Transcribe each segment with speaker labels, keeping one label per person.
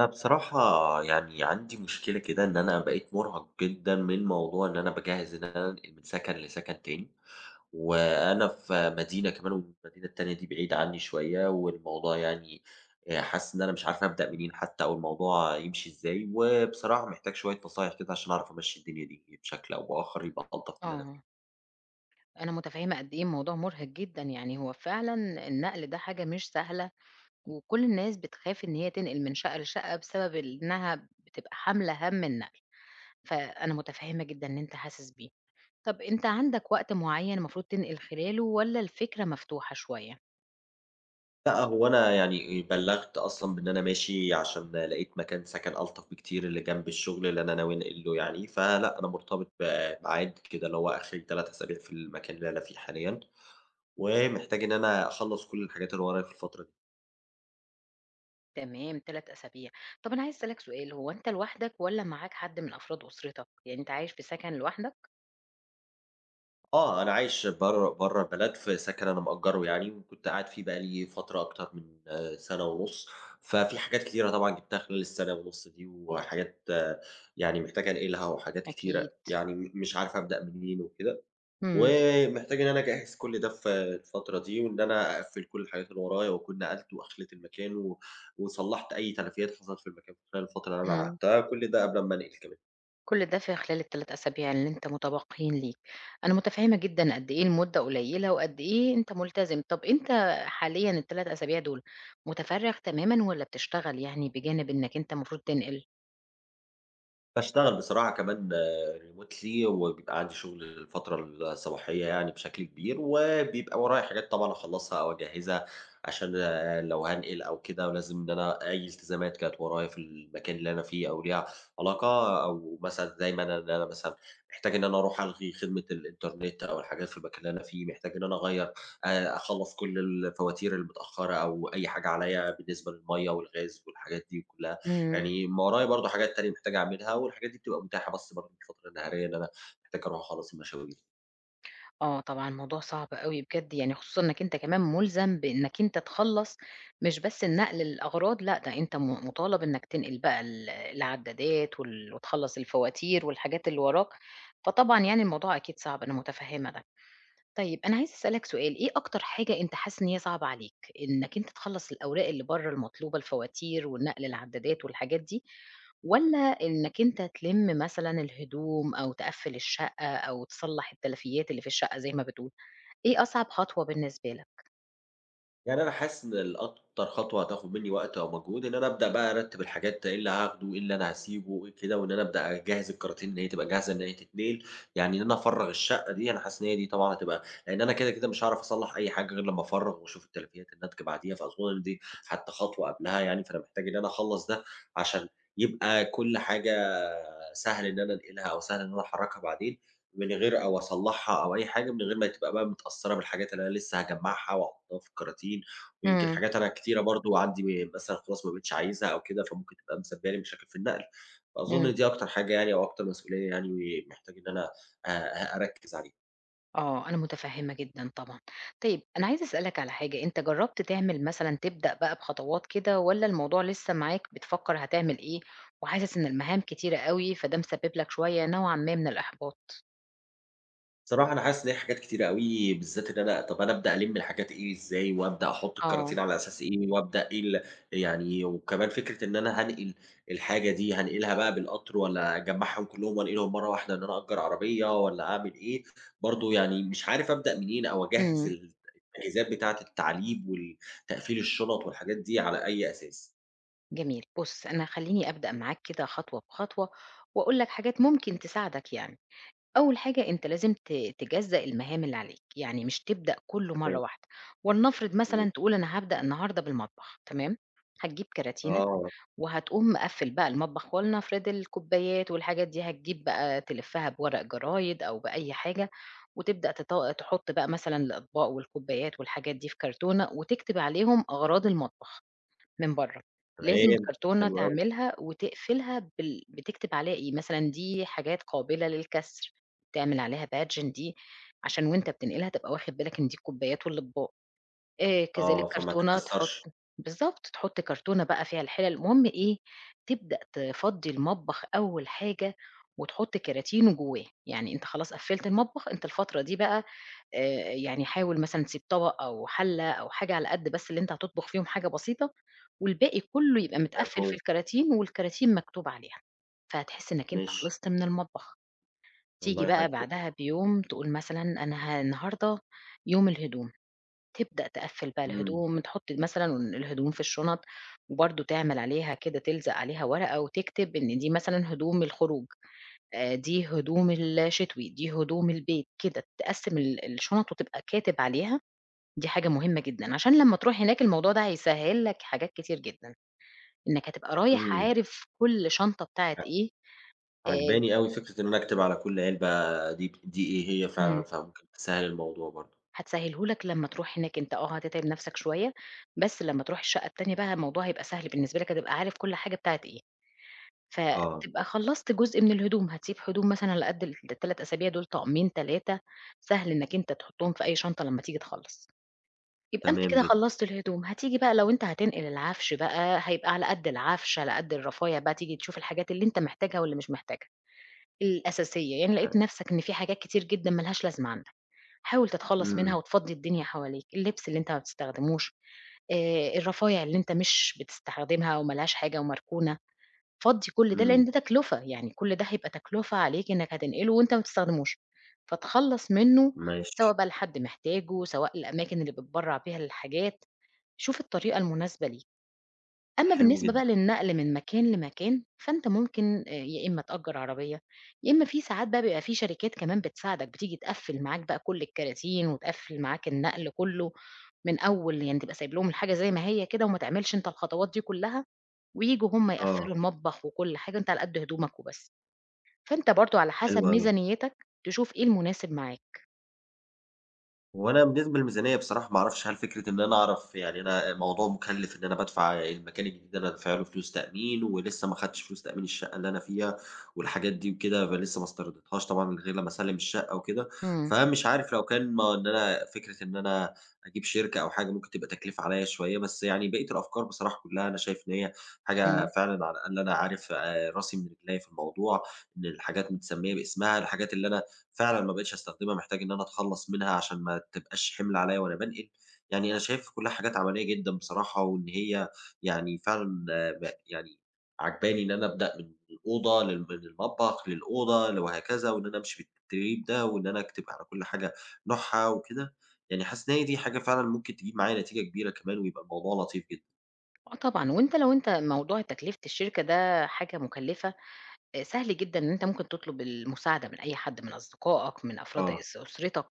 Speaker 1: أنا بصراحة يعني عندي مشكلة كده إن أنا بقيت مرهق جدًا من موضوع إن أنا باجهّز إن أنا أنقل من سكن لسكن تاني، وأنا في مدينة كمان، والمدينة التانية دي بعيدة عني شوية، والموضوع يعني حاسس إن أنا مش عارف أبدأ منين حتى، أو الموضوع يمشي إزاي. وبصراحة محتاج شوية نصايح كده عشان أعرف أمشّي الدنيا دي بشكل أو بآخر يبقى ألطف من اللي أنا فيه.
Speaker 2: آه، أنا متفهّمة قد إيه الموضوع مُرهق جدًا، يعني هو فعلًا النقل ده حاجة مش سهلة، وكل الناس بتخاف إن هي تنقل من شقة لشقة بسبب إنها بتبقى حاملة هَم النقل، فأنا متفهّمة جدًا اللي أنت حاسس بيه. طَب أنت عندك وقت معيّن المفروض تنقل خلاله والّا الفكرة مفتوحة شوية؟
Speaker 1: لأ، هو أنا يعني بلّغت أصلًا بإن أنا ماشي، عشان لقيت مكان سكن ألطف بكتير اللي جنب الشغل اللي أنا ناوي أنقل له يعني، فلأ، أنا مرتبط بميعاد كده اللي هو آخري 3 أسابيع في المكان اللي أنا فيه حاليًا، ومحتاج إن أنا أخلّص كل الحاجات اللي ورايا في الفترة دي.
Speaker 2: تمام، 3 أسابيع. طَب أنا عايزة أسألك سؤال، هو أنت لوحدك والّا معاك حد من أفراد أسرتك؟ يعني أنت عايش في سكن لوحدك؟
Speaker 1: آه، أنا عايش برّه برّه البلد في سكن أنا مأجّره يعني، وكنت قاعد فيه بقى لي فترة أكتر من سنة ونُص. ففي حاجات كتيرة طبعًا جِبتها خلال السنة ونُص دي، وحاجات آه، يعني محتاج أنقلها، وحاجات
Speaker 2: أكيد.
Speaker 1: كتيرة يعني مش عارف أبدأ منين وكده.
Speaker 2: إمم،
Speaker 1: ومحتاج إن أنا أجهّز كل ده في الفترة دي، وإن أنا أقفّل كل الحاجات اللي ورايا، وأكون نقلت وأخلِت المكان، و وصلّحت أي تلفيات حصلت في المكان خلال الفترة اللي أنا
Speaker 2: إمم.
Speaker 1: قعدتها، كل ده قبل أمّا أنقل كمان.
Speaker 2: كل ده في خلال ال3 أسابيع اللي أنت متبقيين ليك، أنا متفهمة جدًا قد إيه المدة قليلة وقد إيه أنت ملتزم، طب أنت حاليًا ال3 أسابيع دول متفرغ تمامًا والّا بتشتغل يعني بجانب إنك أنت المفروض تنقل؟
Speaker 1: باشتغل بصراحة كمان remotely، وبيبقى عندي شغل الفترة الصباحية يعني بشكل كبير، وبيبقى ورايا حاجات طبعًا أخلّصها أو أجهّزها، عشان لو هانقل أو كده. ولازم إن أنا أي التزامات كانت ورايا في المكان اللي أنا فيه أو ليها علاقة، أو مثلًا دايمًا إن أنا مثلًا محتاج إن أنا أروح ألغي خدمة الإنترنت أو الحاجات في المكان اللي أنا فيه. محتاج إن أنا أغيّر أخلّص كل الفواتير المتأخرة أو أي حاجة عليّا بالنسبة للمَيّة والغاز والحاجات دي كلها.
Speaker 2: إمم،
Speaker 1: يعني ما ورايا برضه حاجات تانية محتاج أعملها، والحاجات دي بتبقى متاحة بس برضه في الفترة النهارية، إن أنا محتاج أروح أخلّص المشاوير.
Speaker 2: آه طبعًا الموضوع صعب أوي بجد يعني خصوصًا إنك أنت كمان ملزم بإنك أنت تخلّص مش بس النقل الأغراض لأ، ده أنت مطالب إنك تنقل بقى العدادات وتخلّص الفواتير والحاجات اللي وراك، فطبعًا يعني الموضوع أكيد صعب أنا متفهمة ده. طيب أنا عايزة أسألك سؤال، إيه أكتر حاجة أنت حاسس إن هي صعبة عليك؟ إنك أنت تخلّص الأوراق اللي برّه المطلوبة الفواتير والنقل العدادات والحاجات دي، والّا إنك أنت تلِم مثلًا الهدوم أو تقفّل الشقة أو تصلّح التلفيات اللي في الشقة زي ما بتقول، إيه أصعب خطوة بالنسبة لك؟
Speaker 1: يعني أنا حاسس إن أكتر خطوة هتاخد منّي وقت أو مجهود، إن أنا أبدأ بقى أرتّب الحاجات، إيه اللي هاخده، إيه اللي أنا هاسيبه كده، وإن أنا أبدأ أجهّز الكراتين إن هي تبقى جاهزة إن هي تتنقل، يعني إن أنا أفرّغ الشقة دي. أنا حاسس إن هي دي طبعًا هتبقى، لإن أنا كده مش هاعرف أصلّح أي حاجة غير لمّا أفرّغ وأشوف التلفيات الناتجة بعديها، فأظن إن دي حتى خطوة قبلها يعني، فأنا محتاج إن أنا أخلّص ده عشان يبقى كل حاجة سهل إن أنا أنقلها، أو سهل إن أنا أحرّكها بعدين. من غير أو أصلّحها أو أي حاجة، من غير ما تبقى بقى متأثّرة بالحاجات اللي أنا لسه هاجمّعها وأحطّها في الكراتين. ويمكن
Speaker 2: إمم،
Speaker 1: حاجات أنا كتيرة برضه عندي، مثلًا خلاص ما بقيتش عايزها أو كده، فممكن تبقى مسبّبة لي مشاكل في النقل.
Speaker 2: إمم.
Speaker 1: فأظن دي أكتر حاجة يعني، أو أكتر مسؤولية يعني محتاج إن أنا آآ أ أركّز عليها.
Speaker 2: آه، أنا متفهّمة جدًا طبعًا. طيب أنا عايزة أسألك على حاجة، أنت جرّبت تعمل مثلًا تبدأ بقى بخطوات كده والّا الموضوع لسه معاك بتفكّر هتعمل إيه وحاسس إن المهام كتيرة أوي، فده مسبب لك شوية نوعًا ما من الإحباط؟
Speaker 1: صراحة أنا حاسس إن هي حاجات كتيرة أوي، بالذات إن أنا، طَب أنا أبدأ ألِم الحاجات إيه إزاي، وأبدأ أحُط
Speaker 2: آه،
Speaker 1: الكراتين على أساس إيه، وأبدأ إيه ال يعني، وكمان فكرة إن أنا هانقل الحاجة دي، هانقلها بقى بالقطر، والّا أجمّعهم كلّهم وأنقلهم مرّة واحدة، إن أنا أأجّر عربية والّا أعمل إيه. برضه يعني مش عارف أبدأ منين، أو أجهّز
Speaker 2: إمم،
Speaker 1: التجهيزات بتاعة التعليب وال تقفيل الشُنط والحاجات دي على أي أساس.
Speaker 2: جميل. بُص، أنا خلّيني أبدأ معاك كده خطوة بخطوة وأقول لك حاجات ممكن تساعدك يعني. أول حاجة أنت لازم تجزّأ المهام اللي عليك، يعني مش تبدأ كُلّه مرّة
Speaker 1: تمام.
Speaker 2: واحدة. ولنفرض
Speaker 1: إمم.
Speaker 2: مثلًا تقول أنا هابدأ النهارده بالمطبخ، تمام؟ هتجيب كراتينة
Speaker 1: آه.
Speaker 2: وهتقوم مقفّل بقى المطبخ ولنفرض الكوبايات والحاجات دي هتجيب بقى تلفّها بورق جرايد أو بأي حاجة، وتبدأ تحُط بقى مثلًا الأطباق والكوبايات والحاجات دي في كرتونة وتكتب عليهم أغراض المطبخ من برّه، لازم
Speaker 1: تمام.
Speaker 2: الكرتونة
Speaker 1: حلو أوي.
Speaker 2: تعملها وتقفلها بتكتب عليها إيه، مثلًا دي حاجات قابلة للكسر، تعمل عليها badging دي عشان وأنت بتنقلها تبقى واخد بالك إن دي الكوبايات والأطباق. كذلك
Speaker 1: آه. فما
Speaker 2: كرتونة تحُط
Speaker 1: تتكسّرش.
Speaker 2: بالضبط، تحُط كرتونة بقى فيها الحِلَل، المهم إيه، تبدأ تفضّي المطبخ أول حاجة وتحُط كراتينه جواه، يعني أنت خلاص قفّلت المطبخ، أنت الفترة دي بقى يعني حاول مثلًا تسيب طبق أو حَلّة أو حاجة على قد بس اللي أنت هتطبخ فيهم حاجة بسيطة، والباقي كُلّه يبقى متقفّل في
Speaker 1: مفهوم.
Speaker 2: الكراتين والكراتين مكتوب عليها، فهتحس إنّك أنت
Speaker 1: ماشي.
Speaker 2: خلصت من المطبخ. تيجي
Speaker 1: والله حاجة
Speaker 2: بقى
Speaker 1: كوي.
Speaker 2: بعدها بيوم تقول مثلًا أنا النهارده يوم الهدوم، تبدأ تقفّل بقى
Speaker 1: إمم.
Speaker 2: الهدوم، تحُط مثلًا الهدوم في الشُنط وبرضه تعمل عليها كده تلزق عليها ورقة وتكتب إن دي مثلًا هدوم الخروج، دي هدوم الشتوي، دي هدوم البيت، كده تقسّم الشُنط وتبقى كاتب عليها، دي حاجة مهمة جدًا، عشان لمّا تروح هناك الموضوع ده هيسهّل لك حاجات كتير جدًا، إنّك هتبقى رايح
Speaker 1: إمم.
Speaker 2: عارف كل شنطة بتاعة
Speaker 1: ع
Speaker 2: إيه، آآ
Speaker 1: عاجباني أوي فكرة إن أنا أكتب على كل علبة دي إيه هي فعلًا،
Speaker 2: إمم،
Speaker 1: فممكن تسهّل الموضوع برضه.
Speaker 2: هتسهّله لك لمّا تروح هناك، أنت هتتعب نَفْسك شوية، بس لمّا تروح الشقة التانية بقى الموضوع هيبقى سهل بالنسبة لك، هتبقى عارف كل حاجة بتاعة إيه.
Speaker 1: آه.
Speaker 2: فتبقى خلّصت جزء من الهدوم، هتسيب هدوم مثلًا على قد ال3 أسابيع دول طقمين 3 سهل إنّك أنت تحطّهم في أي شنطة لمّا تيجي تخلّص، يبقى أنت
Speaker 1: تمام
Speaker 2: كده
Speaker 1: جدًا.
Speaker 2: خلّصت الهدوم، هتيجي بقى لو أنت هتنقل العفش بقى هيبقى على قد العفش، على قد الرفاية بقى تيجي تشوف الحاجات اللي أنت محتاجها واللي مش محتاجها، الأساسية، يعني لقيت
Speaker 1: ح
Speaker 2: نَفْسك إن في حاجات كتير جدًا ما لهاش لازمة عندك، حاول تتخلّص منها
Speaker 1: إمم.
Speaker 2: وتفضّي الدنيا حواليك، اللبس اللي أنت ما بتستخدموش، الرفايع اللي أنت مش بتستخدمها وما لهاش حاجة ومركونة، فضّي كل ده، لإن
Speaker 1: إمم.
Speaker 2: ده تكلفة، يعني كل ده هيبقى تكلفة عليك إنّك هتنقله وأنت ما بتستخدموش، فتخلّص منّه
Speaker 1: ماشي.
Speaker 2: سواء بقى لحد محتاجه، سواء الأماكن اللي بتبرّع بيها للحاجات، شوف الطريقة المناسبة ليك. أمّا
Speaker 1: حلو
Speaker 2: بالنسبة بقى
Speaker 1: جدًا.
Speaker 2: للنقل من مكان لمكان، فأنت ممكن يا إمّا تأجّر عربية، يا إمّا في ساعات بقى بيبقى في شركات كمان بتساعدك، بتيجي تقفّل معاك بقى كل الكراتين وتقفّل معاك النقل كُلّه من أول يعني تبقى سايب لهم الحاجة زي ما هي كده وما تعملش أنت الخطوات دي كُلّها. وييجوا هم
Speaker 1: آه.
Speaker 2: يقفّلوا المطبخ وكل حاجة، أنت على قد هدومك وبس. فأنت برضه على
Speaker 1: حلو
Speaker 2: حسب
Speaker 1: أوي.
Speaker 2: ميزانيتك تشوف إيه المناسب معاك.
Speaker 1: وانا بالنسبه للميزانيه بصراحه ما اعرفش، هل فكره ان انا اعرف، يعني انا موضوع مكلف ان انا بدفع المكان الجديد، انا دافع له فلوس تامين ولسه ما خدتش فلوس تامين الشقه اللي انا فيها والحاجات دي وكده، فلسه ما استرديتهاش طبعا غير لما اسلم الشقه وكده.
Speaker 2: إمم،
Speaker 1: فمش عارف، لو كان ما ان انا فكره ان انا اجيب شركه او حاجه ممكن تبقى تكلفه عليا شويه، بس يعني بقيه الافكار بصراحه كلها انا شايف ان هي حاجه
Speaker 2: إمم.
Speaker 1: فعلا، على الاقل انا عارف راسي من رجلي في الموضوع، ان الحاجات متسميه باسمها، الحاجات اللي انا فعلًا ما بقيتش أستخدمها، محتاج إن أنا أتخلّص منها عشان ما تبقاش حِمل عليّا وأنا بانقل. يعني أنا شايف كُلّها حاجات عملية جدًا بصراحة، وإن هي يعني فعلًا آه، ب يعني عاجباني إن أنا أبدأ من الأوضة لل من المطبخ للأوضة وهكذا، وإن أنا أمشي بالتدريج ده، وإن أنا أكتب على كُلّ حاجة نوعها وكده. يعني حاسس إن هي دي حاجة فعلًا ممكن تجيب معايا نتيجة كبيرة كمان، ويبقى الموضوع لطيف جدًا.
Speaker 2: آه طبعًا، وأنت لو أنت موضوع تكلفة الشركة ده حاجة مكلفة، سهل جدًا إن أنت ممكن تطلب المساعدة من أي حد، من أصدقائك، من أفراد
Speaker 1: آه.
Speaker 2: أسرتك،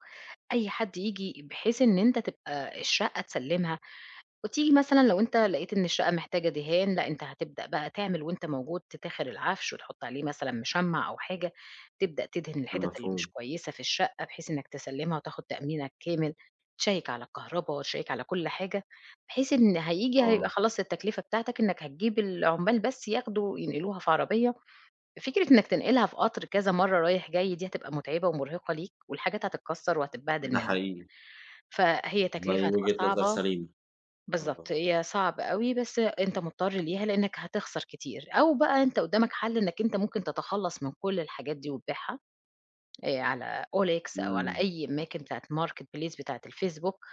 Speaker 2: أي حد ييجي بحيث إن أنت تبقى الشقة تسلّمها وتيجي مثلًا لو أنت لقيت إن الشقة محتاجة دهان، لأ أنت هتبدأ بقى تعمل وأنت موجود تتاخر العفش وتحط عليه مثلًا مشمّع أو حاجة، تبدأ تدهن الحتت اللي مش
Speaker 1: مفهوم.
Speaker 2: كويسة في الشقة بحيث إنك تسلّمها وتاخد تأمينك كامل، تشيّك على الكهربا وتشيّك على كل حاجة، بحيث إن هييجي هيبقى
Speaker 1: آه.
Speaker 2: خلاص التكلفة بتاعتك إنك هتجيب العمّال بس ياخدوا ينقلوها في عربية، فكرة إنك تنقلها في قطر كذا مرّة رايح جاي دي هتبقى متعبة ومرهقة ليك والحاجات هتتكسّر وهتتبهدل
Speaker 1: ده
Speaker 2: منّك،
Speaker 1: حقيقي.
Speaker 2: فهي تكلفة
Speaker 1: والله
Speaker 2: هتبقى
Speaker 1: وجهة نظر
Speaker 2: صعبة
Speaker 1: سليمة.
Speaker 2: بالضبط،
Speaker 1: آه.
Speaker 2: هي صعب أوي، بس أنت مضطر ليها لإنك هتخسر كتير، أو بقى أنت قدامك حل إنك أنت ممكن تتخلّص من كل الحاجات دي وتبيعها على OLX أو على
Speaker 1: إمم.
Speaker 2: أي أماكن بتاعة الmarket place بتاعة الفيسبوك،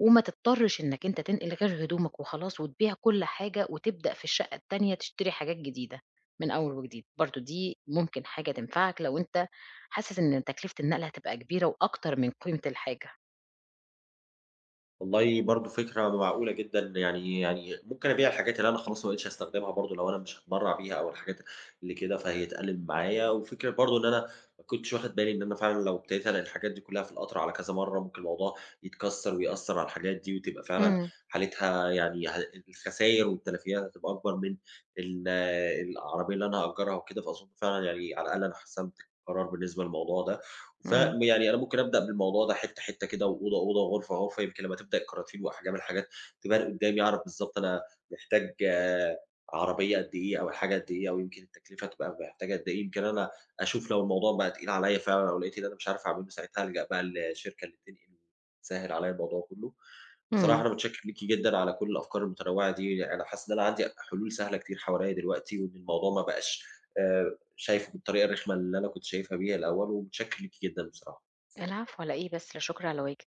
Speaker 2: وما تضطرش إنك أنت تنقل غير هدومك وخلاص، وتبيع كل حاجة، وتبدأ في الشقة التانية تشتري حاجات جديدة من أول وجديد، برضه دي ممكن حاجة تنفعك لو أنت حاسس إن تكلفة النقل هتبقى كبيرة وأكتر من قيمة الحاجة.
Speaker 1: والله برضه فكرة معقولة جدًا، يعني ممكن أبيع الحاجات اللي أنا خلاص ما بقيتش هاستخدمها برضه، لو أنا مش هاتبرّع بيها أو الحاجات اللي كده، فهي هتقلِّل معايا. وفكرة برضه إن أنا ما كنتش واخد بالي إن أنا فعلًا لو ابتديت أنقل الحاجات دي كلّها في القطر على كذا مرّة، ممكن الموضوع يتكسّر ويأثّر على الحاجات دي، وتبقى فعلًا
Speaker 2: إمم،
Speaker 1: حالتها يعني ه الخساير والتلفيات هتبقى أكبر من ال العربية اللي أنا هأجّرها وكده. فأظن فعلًا يعني على الأقل أنا حسمت قرار بالنسبة للموضوع ده.
Speaker 2: إمم،
Speaker 1: فيعني أنا ممكن أبدأ بالموضوع ده حتّة، حتّة كده، وأوضة، أوضة، وغرفة، غرفة، يمكن لمّا تبدأ الكراتين وأحجام الحاجات تبان قدّامي، أعرف بالضبط أنا محتاج عربية قد إيه، أو الحاجة قد إيه، أو يمكن التكلفة تبقى محتاجة قد إيه. يمكن أنا أشوف لو الموضوع بقى تقيل عليّا فعلًا، أو لقيت إن أنا مش عارف أعمله، ساعتها ألجأ بقى للشركة اللي بتنقل وتسهّل عليّا الموضوع كلّه. بصراحة
Speaker 2: إمم،
Speaker 1: أنا متشكّر ليكِ جدًا على كل الأفكار المتنوعة دي، يعني أنا حاسس إن أنا عندي حلول سهلة كتير حواليّا دلوقتي، وإن الموضوع ما بقاش آآ شايفه بالطريقة الرخمة اللي أنا كنت شايفها بيها الأول، ومتشكر ليكِ جدًا بصراحة.
Speaker 2: العفو على إيه بس، لا شكر على واجب.